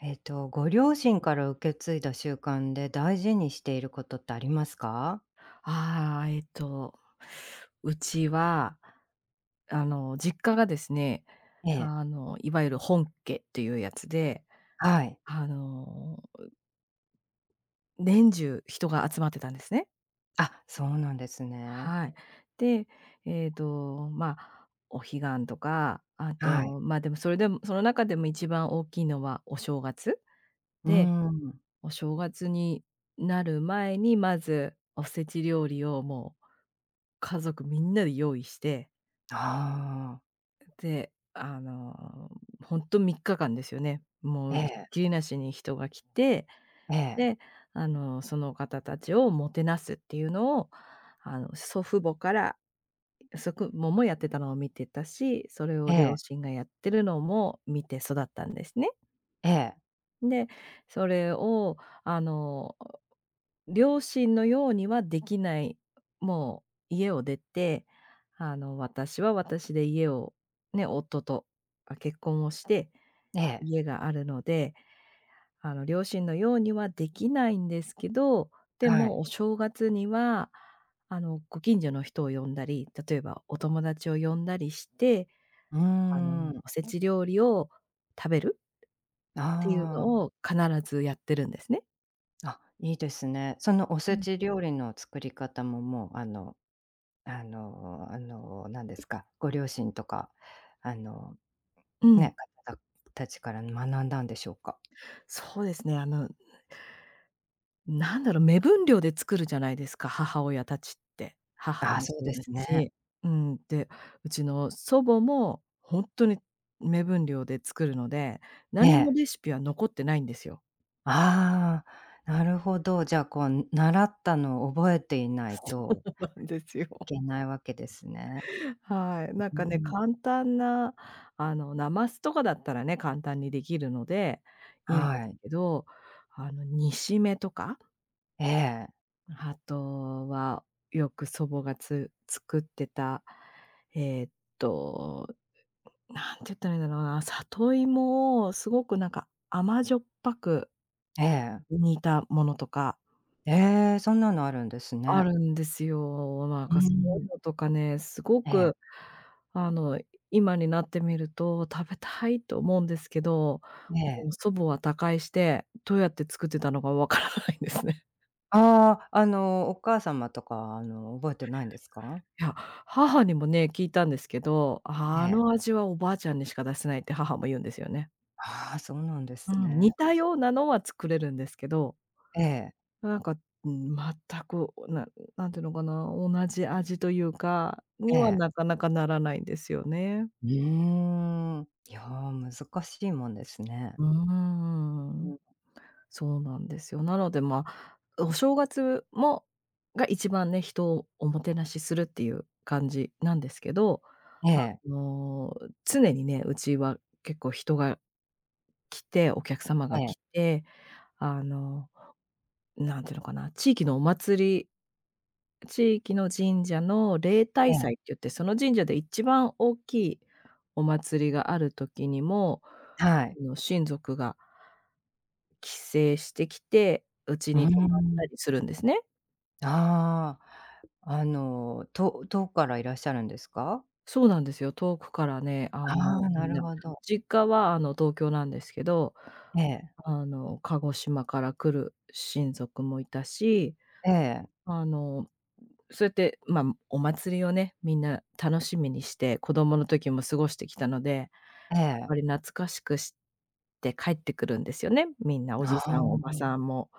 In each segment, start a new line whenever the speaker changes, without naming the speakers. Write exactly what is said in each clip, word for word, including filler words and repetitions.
えっと、ご両親から受け継いだ習慣で大事にしていることってありますか？
ああ、えっと、うちは、あの、実家がですね、
ええ、
あの、いわゆる本家っていうやつで、
はい。
あの、年中人が集まってたんですね。
あ、そうなんですね。
はい。で、えっと、まあ、お彼岸とか、あ
はい。
と、まあ、でもそれでもその中でも一番大きいのはお正月
うー
で、
ん。
お正月になる前に、まずおせち料理をもう家族みんなで用意して、
ああ。
で、あの、ほんとさんにちかんですよね。も
え
うひっ
え、
きりなしに人が来て、
ええ、
で、あの、その方たちをもてなすっていうのを、あの、祖父母からそくももやってたのを見てたし、それ
え
を両
え、
親がやってるのも見て育ったんですね。
ええ、
で、それをあの、両親のようにはできない、もう家を出て、あの、私は私で家をね、夫と、あ、結婚をして、
ええ、
家があるので、あの、両親のようにはできないんですけど、で
はい。
もお正月には、あの、ご近所の人を呼んだり、例えばお友達を呼んだりして、
うー
あの、
ん。
おせち料理を食べるっていう
ああ。
のを必ずやってるんですね。
あ、いいですね。そのお
う
せ
ん、
ち料理の作り方も、もう、あのあのあの、なんですか、ご両親とか、あの、
うん、
ね、方たちから学んだんでしょうか？
そうですね。あの、なんだろう、目分量で作るじゃないですか、母親たちって。母
ああ、
も
そう
そう
で
で
す
す
ね。
し、うん、で、うちの祖母も本当に目分量で作るので、何も
ねえ。
レシピは残ってないんですよ。
ああ、なるほど。じゃあ、こう、習ったのを覚えていない
そ
と
うなんですよ。
いけないわけですね。
はい。なん
う
かね、
ん。
簡単な、あの、なますとかだったらね、簡単にできるのでいいんで
は
す
い。
けど、あの、煮しめとか、
ええ、
あとは、よく祖母がつ作ってた、えーっと、なんて言ったらいいんだろうな、里芋をすごくなんか甘じょっぱく
ええ。
煮たものとか、
ええ、そんなのあるんです
あ
ね。
るんですよ。なん
う
かそ
ー
ういうの
ん。
とかね、すご
ええ、
く、あの、今になってみると食べたいと思うんですけど、
え
もう
え。
祖母は他界して、どうやって作ってたのかわからないんですね。
ああ、あの、お母様とか、あの、覚えてないんですか？
いや、母にもね、聞いたんですけど、
え
あ
え。
の味はおばあちゃんにしか出せないって母も言うんですよね。
ああ、そうなんで
う
す
ん、似
ね。
たようなのは作れるんですけど、
ええ、
なんか、うん、全く、ななんていうのかな、同じ味というか、
え
には
え。
なかなかならないんですよね。
うーん。いや、難しいもんですね。
うー
う
ん。
ん。
そうなんですよ。なので、まあ、お正月もが一番ね、人をおもてなしするっていう感じなんですけど、
え
あ
え、
の、常にね、うちは結構人が来て、お客様
え
が来
え、
て、あの、なんていうのかな、地域のお祭り、地域の神社の例
え
大
え。
祭って言って、その神社で一番大きいお祭りがある時にも、
はい。
あの、親族が帰省してきて、うち
うー
に泊まったり
ん。
するんですね。
ああ、あの、と遠くからいらっしゃるんですか？
そうなんですよ。遠くからね、
あ
あの、
あ、な
みん
る
な、
ほど。
実家はあの、東京なんですけど、
ええ、
あの、鹿児島から来る親族もいたし、
ええ、
あの、そうやって、まあ、お祭りをね、みんな楽しみにして、子供の時も過ごしてきたので、や
え
っ
え。
ぱり懐かしくして帰ってくるんですよね。みんなお
あ
じさん、おば
あ、
さんも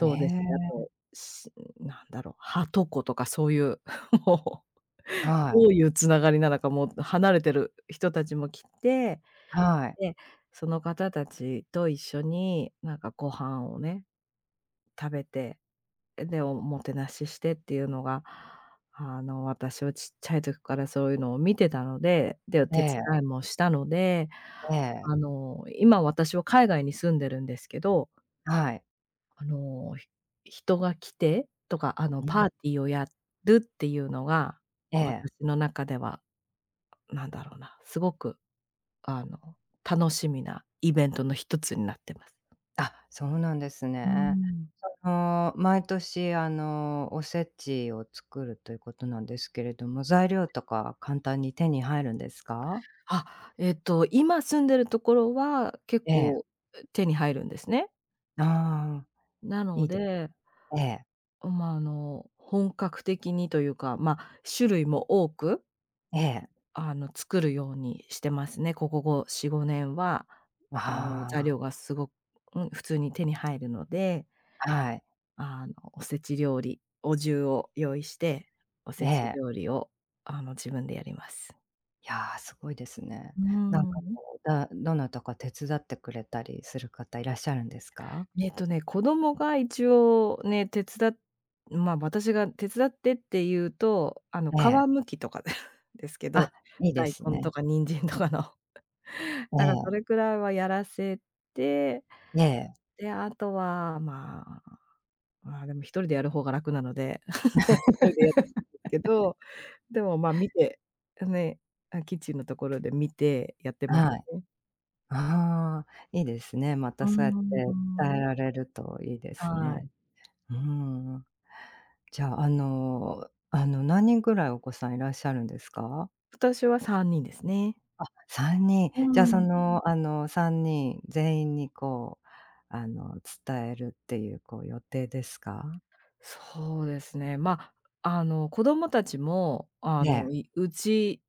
え
うですし、あ
え、
と、しなんだろう、はとことかそういう、もう、ど
は
ういうつながりなのか、もう離れてる人たちも来て、
い、はい。
で、その方たちと一緒に、なんかご飯をね、食べて、で、おもてなししてっていうのが、あの、私はちっちゃい時からそういうのを見てたので、で、
え
手
え、
伝いもしたので、
ええ、
あの、今私は海外に住んでるんですけど、
はい。
あの、ひ人が来てとか、あの、
う
パ
ん、
ーティーをやるっていうのが、
ええ。
私の中では、なんだろうな、すごく、あの、楽しみなイベントの一つになってます。
あ、そうなんです
うー
ね。
ん。
その、毎年、あの、おせちを作るということなんですけれども、材料とか簡単に手に入るんですか？
あ、えっと、今住んでるところは結
ええ。
構、手に入るんですね。
ああ、
な
い
の
いで
で、
ええ、
まあ、あの、本格的にというか、まあ、種類も多く、
ええ。
あの、作るようにしてますね。ここごよん、ごねんは、あの、材
あ
料がすごく、うん、普通に手に入るので、
あ、はい。
あの、おせち料理、お重を用意して、お
え
せち
え。
料理を、あの、自分でやります。
いや、すごいですね。
うー
なんか
ん。
こう、だどなたか手伝ってくれたりする方いらっしゃるんですか？
えっとね、子供が一応ね、手伝っまあ、私が手伝ってって言うと、あの、皮
ええ。
むきとか でですけど、
あ、いいで
大
す
根と
ね。
か人参とかの、
え
だからそ
え、
れくらいはやらせて、
ええ、
で、あとは、まあ、まあ、でもひとりでやる方が楽なので、一人でやるけど、でも、ま、見て、ね、あ、キッチンのところで見てやってます
はい。
ね。
ああ、いいですね。ま
う
たそうやって
ー
伝え
ん。
られるといいです
はい。
ね。うーん。じゃあ、あのあの、何人ぐらいお子さんいらっしゃるんですか
私はさんにんですね。
？さんにん。
う
じゃあ、
ー
そ
ん。
の、あの、さんにん全員にこう、あの、伝えるっていうこう予定ですか？
そうですね。まあ、あの、子供たちも、あ
え、
の、いうち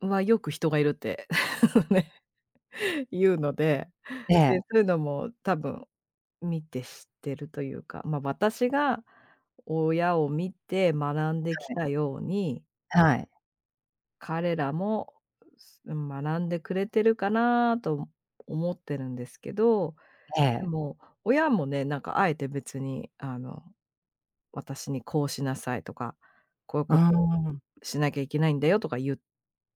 はよく人がいるって ね、言うので、
ええ、
で、
え
そういうのも多分見て知ってるというか、まあ、私が親を見て学んでき
え。
たように、
はい。
彼らも、す学んでくれてるかなと思ってるんですけど、
え
で
え。
も、親もね、なんかあえて別に、あの私にこうしなさいとか、こういう
うー
ことを
ん。
しなきゃいけないんだよとか言っ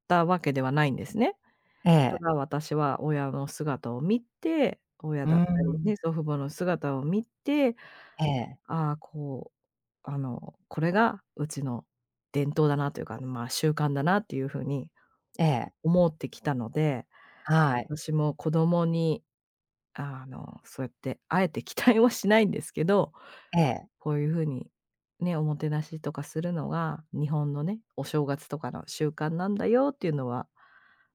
たわけではないんですね。
え
た
え。
だ私は親の姿を見て、親
うー
だったり
ん。
ね、祖父母の姿を見て、
ええ。
ああ、こう、あの、これがうちの伝統だなというか、まあ、習慣だなっていうふうに
ええ。
思ってきたので、
はい。
私も子供に、あの、そうやってあえて期待はしないんですけど、
ええ。
こういう風に、ね、おもてなしとかするのが、日本のね、お正月とかの習慣なんだよっていうのは、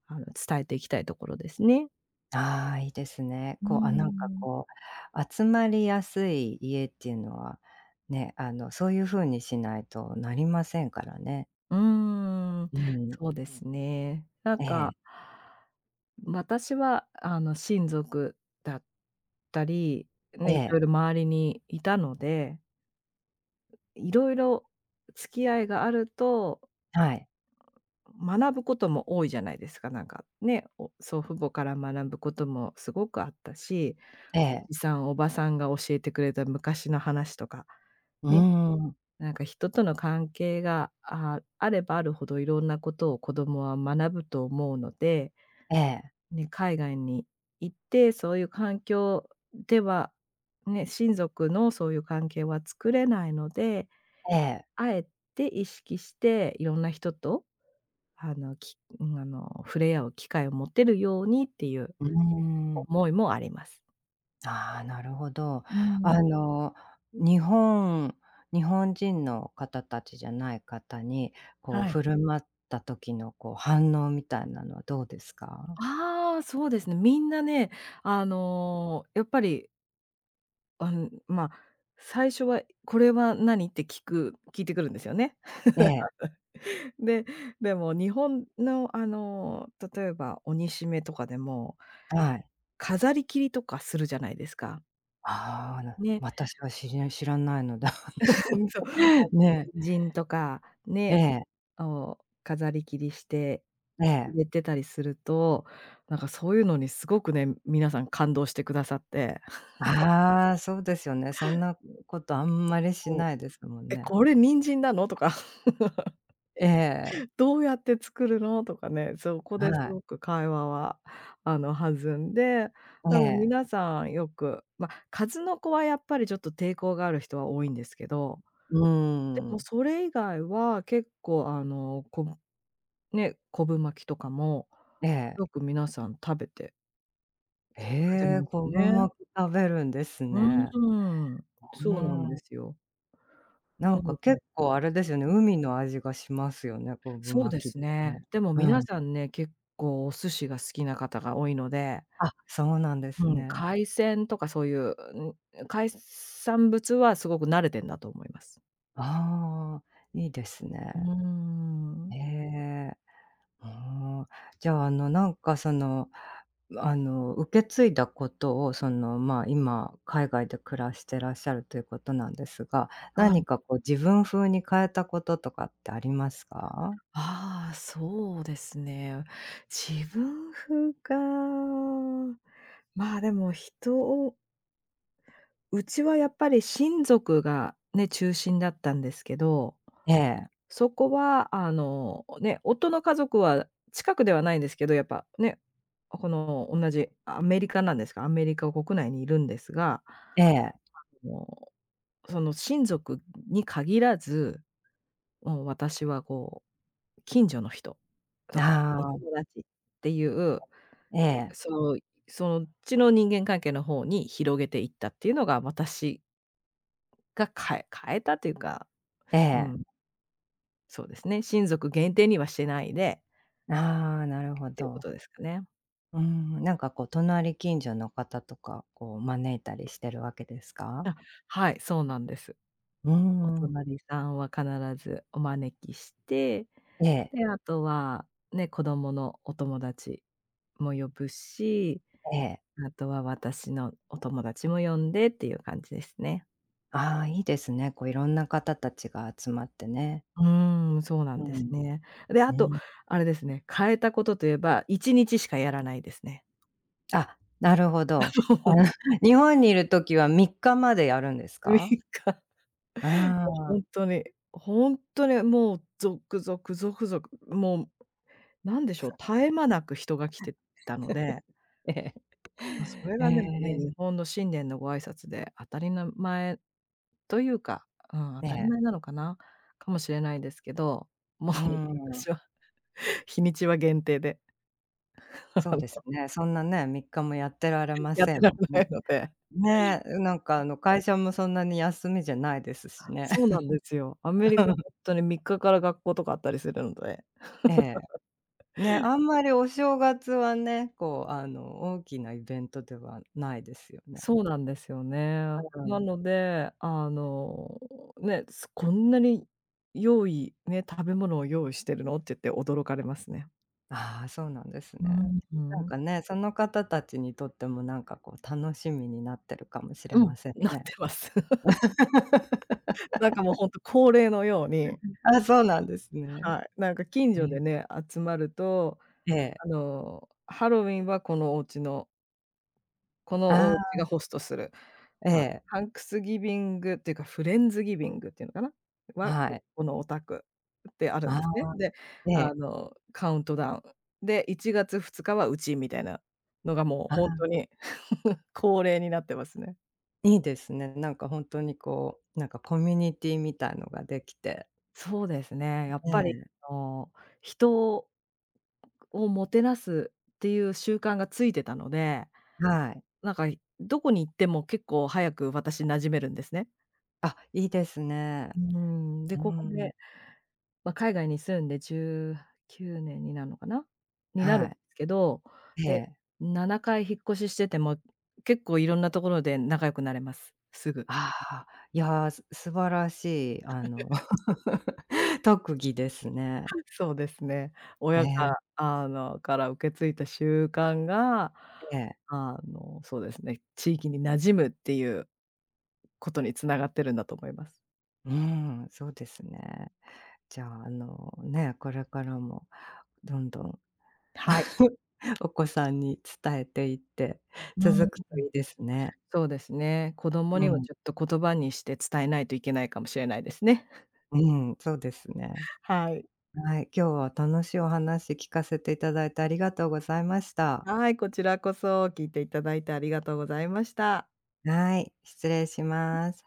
あの、伝えていきたいところですね。
ああ、いいですね。
うー
こう、あ、なんか
ん。
こう、集まりやすい家っていうのは、ね、あの、そういう風にしないとなりませんからね。
うーん、
うん。
そうですね。なん
ええ。
か、私は、あの、親族だったり、
え
ね、いろい
え。
ろ周りにいたので、いろいろ付き合いがあると
はい。
学ぶことも多いじゃないですか、なんか、ね、お祖父母から学ぶこともすごくあったし、
ええ。
おじさん、おばさんが教えてくれた昔の話とか、
うー
ね、
ん。
なんか人との関係が、ああればあるほどいろんなことを子供は学ぶと思うので、
ええ。
ね、海外に行って、そういう環境では、ね、親族のそういう関係は作れないので、
ええ。
あえて意識していろんな人と、あの、きうん、あの、触れ合う機会を持てるようにっていう
うーん。
思いもあります。
ああ、なるほど。
うん、
あの、日本日本人の方たちじゃない方に、こう
はい。
振る舞った時のこう反応みたいなのはどうですか？
ああ、そうですね。みんなね、あの、やっぱり、あん、まあ、最初は「これは何？」って聞く聞いてくるんですよね。
ええ、
で、でも日本の、あの、例えば鬼しめとかでも、
はい。
飾り切りとかするじゃないですか。
ああ、な
ね。
私は知り知らないので、
そう。
ね
人参とか
え、え
ね、
え、
を飾り切りして
ええ。
入れてたりすると、なんかそういうのにすごくね、皆さん感動してくださって、
ああ、そうですよね。そんなことあんまりし
そう
ないですもん
「え、
ね。
これ人参なの？」とか
ええ、
どうやって作るの？」とかね、そこ
は
です
い。
ごく会話は、あの、弾んで、
え
でも皆
え、
さんよく、ま、数の子はやっぱりちょっと抵抗がある人は多いんですけど、
うー
でも
ん、
それ以外は結構、あの、こぶね、昆布巻きとかも、
え
よ
え。
く皆さん食べてくれ
へえ、
ます
子グ
ね。
マ食べるんです
う
ね。
ーん、
う
そうなんで
ん。
すよ。な
なんか
ので、
結構あれですよね、海の味がしますよね、昆グ
そうで
巻きっ
す
て
ね。
ね。
でも
う
皆
ん。
さんね、結構お寿司が好きな方が多いので、
あ、そうなんです
うん、
ね。
海鮮とかそういう、うん、海産物はすごく慣れてんだと思います。
ああ、いいです
う
ね。
ーん。
へえ。うーん。じゃあ、あの、なんかその、あの、受け継いだことを、その、まあ、今海外で暮らしてらっしゃるということなんですが、何かこう自分風に変えたこととかってありますか？
あああ、そうですね。自分風か。まあ、でも人をうちはやっぱり親族がね、中心だったんですけど、
ええ、
そこは、あの、ね、夫の家族は近くではないんですけど、やっぱね、この同じアメリカなんですが、アメリカ国内にいるんですが、
ええ。
あの、その親族に限らず、もう私はこう、近所の人とか、
あ
お
あ、
友達っていう、
ええ、
そう、そっちの人間関係の方に広げていったっていうのが、私が変え変えたというか、
え
う
え。
ん、そうですね、親族限定にはしてないで
ああ、なるほ
っていうこ
ど。
とですかね。
うーん、なんかこう隣近所の方とか、こう招いたりしてるわけですか？
あ、はい、そうなんです。
うー
お
ん。
隣さんは必ずお招きして、
ええ、
で、あとは、ね、子供のお友達も呼ぶし、
ええ。
あとは私のお友達も呼んでっていう感じですね。
ああ、いいですね。こういろんな方たちが集まってね。
うーん、そうなん
う
です
ん、
ね。で、あ
う
と、
ん。
あれですね、変えたことといえば、いちにちしかやらないですね。
あ、なるほど。あの、日本にいる時はみっかまでやるんです
3
か？
日。
あ
もうみ
あ、
っかほんとに、ほんとにもうゾクゾクゾクゾク、もうなんでしょう、絶え間なく人が来てたので、
ええ。
ま、そ れ
ええ、
がでもね、
え
日
え。
本の新年のご挨拶で当たりな前というか、うん、当たり前なのかな、かもしれないですけど、もう
うー ん。
私は日にちは限定で、あ
そう
の、
ですね。そんなね、みっかもやってられ ま
やっ
せ
て
ん
ら
も
れ
ん
な
ね。
いので。
ね、なんかあの会社もそんなに休みじゃないですしね。
そうなんですよ。アメリカほん とにみっかかから学校とかあったりするので。
ええ。ね、あんまりお正月はね、こうあの大きなイベントではないですよね。
そうなんですよね。
う
な
ん。
ので、あの、ね、すこんなに用意ね、食べ物を用意してるのって言って驚かれますね。
ああ、そうなんです
う
ね。
んう
なん
ん、
かね、その方たちにとってもなんかこう楽しみになってるかもし
う
れ
ん、
ません
なって
ね。
ます。なんかもうほんと恒例のように、
あ、そうなんですね。
はい、なんか近所で
ね、
ね、集まると、
ええ。
あの、ハロウィンはこのお家のこのお
あ
家がホストする、
あ、え
あ、
え、
ハンクスギビングっていうかフレンズギビングっていうのかな、は、
は
こ
い。
このお宅ってあるん
あ
ですね。
あ、
で、
え
あ
え、
の、カウントダウン、で、いちがつふつかはうちみたいなのがもう
ああ、
ほんとに 恒例になってますね。
いいですね。なんか本当にこう、なんかコミュニティみたいのができて、
そうですね。
ね。
やっぱり、
え。
あの、人をもてなすっていう習慣がついてたので、
はい。
なんか、どこに行っても結構早く私馴染めるんですね。
あ、いいです
う
ね。
ーん、で、
う
ここ
ん。
で、ま、海外に住んでじゅうきゅうねんになるのかな？になるん
は
ですけど、
い。え
で、
え。
ななかい引っ越ししてても、結構いろんなところで仲良くなれます、すぐ。
ああ、いや、す素晴らしい、あの、特技ですね。
そうですね。
え
親
え、
が、あの、から受け継いだ習慣が、
ええ。
あの、そうですね、地域に馴染むっていうことにつながってるんだと思います。
うん、そうですね。じゃあ、あの、ね、これからもどんどん
はい。
お子さんに伝えていって
う
続
ん。
くといいですね。
そうですね。子供
う
にも
ん、
ちょっと言葉にして伝えないといけないかもしれないですね。
うん、そうですね。
はい。
はい、今日は楽しいお話聞かせていただいてありがとうございました。
はい、こちらこそ聞いていただいてありがとうございました。
はい、失礼します。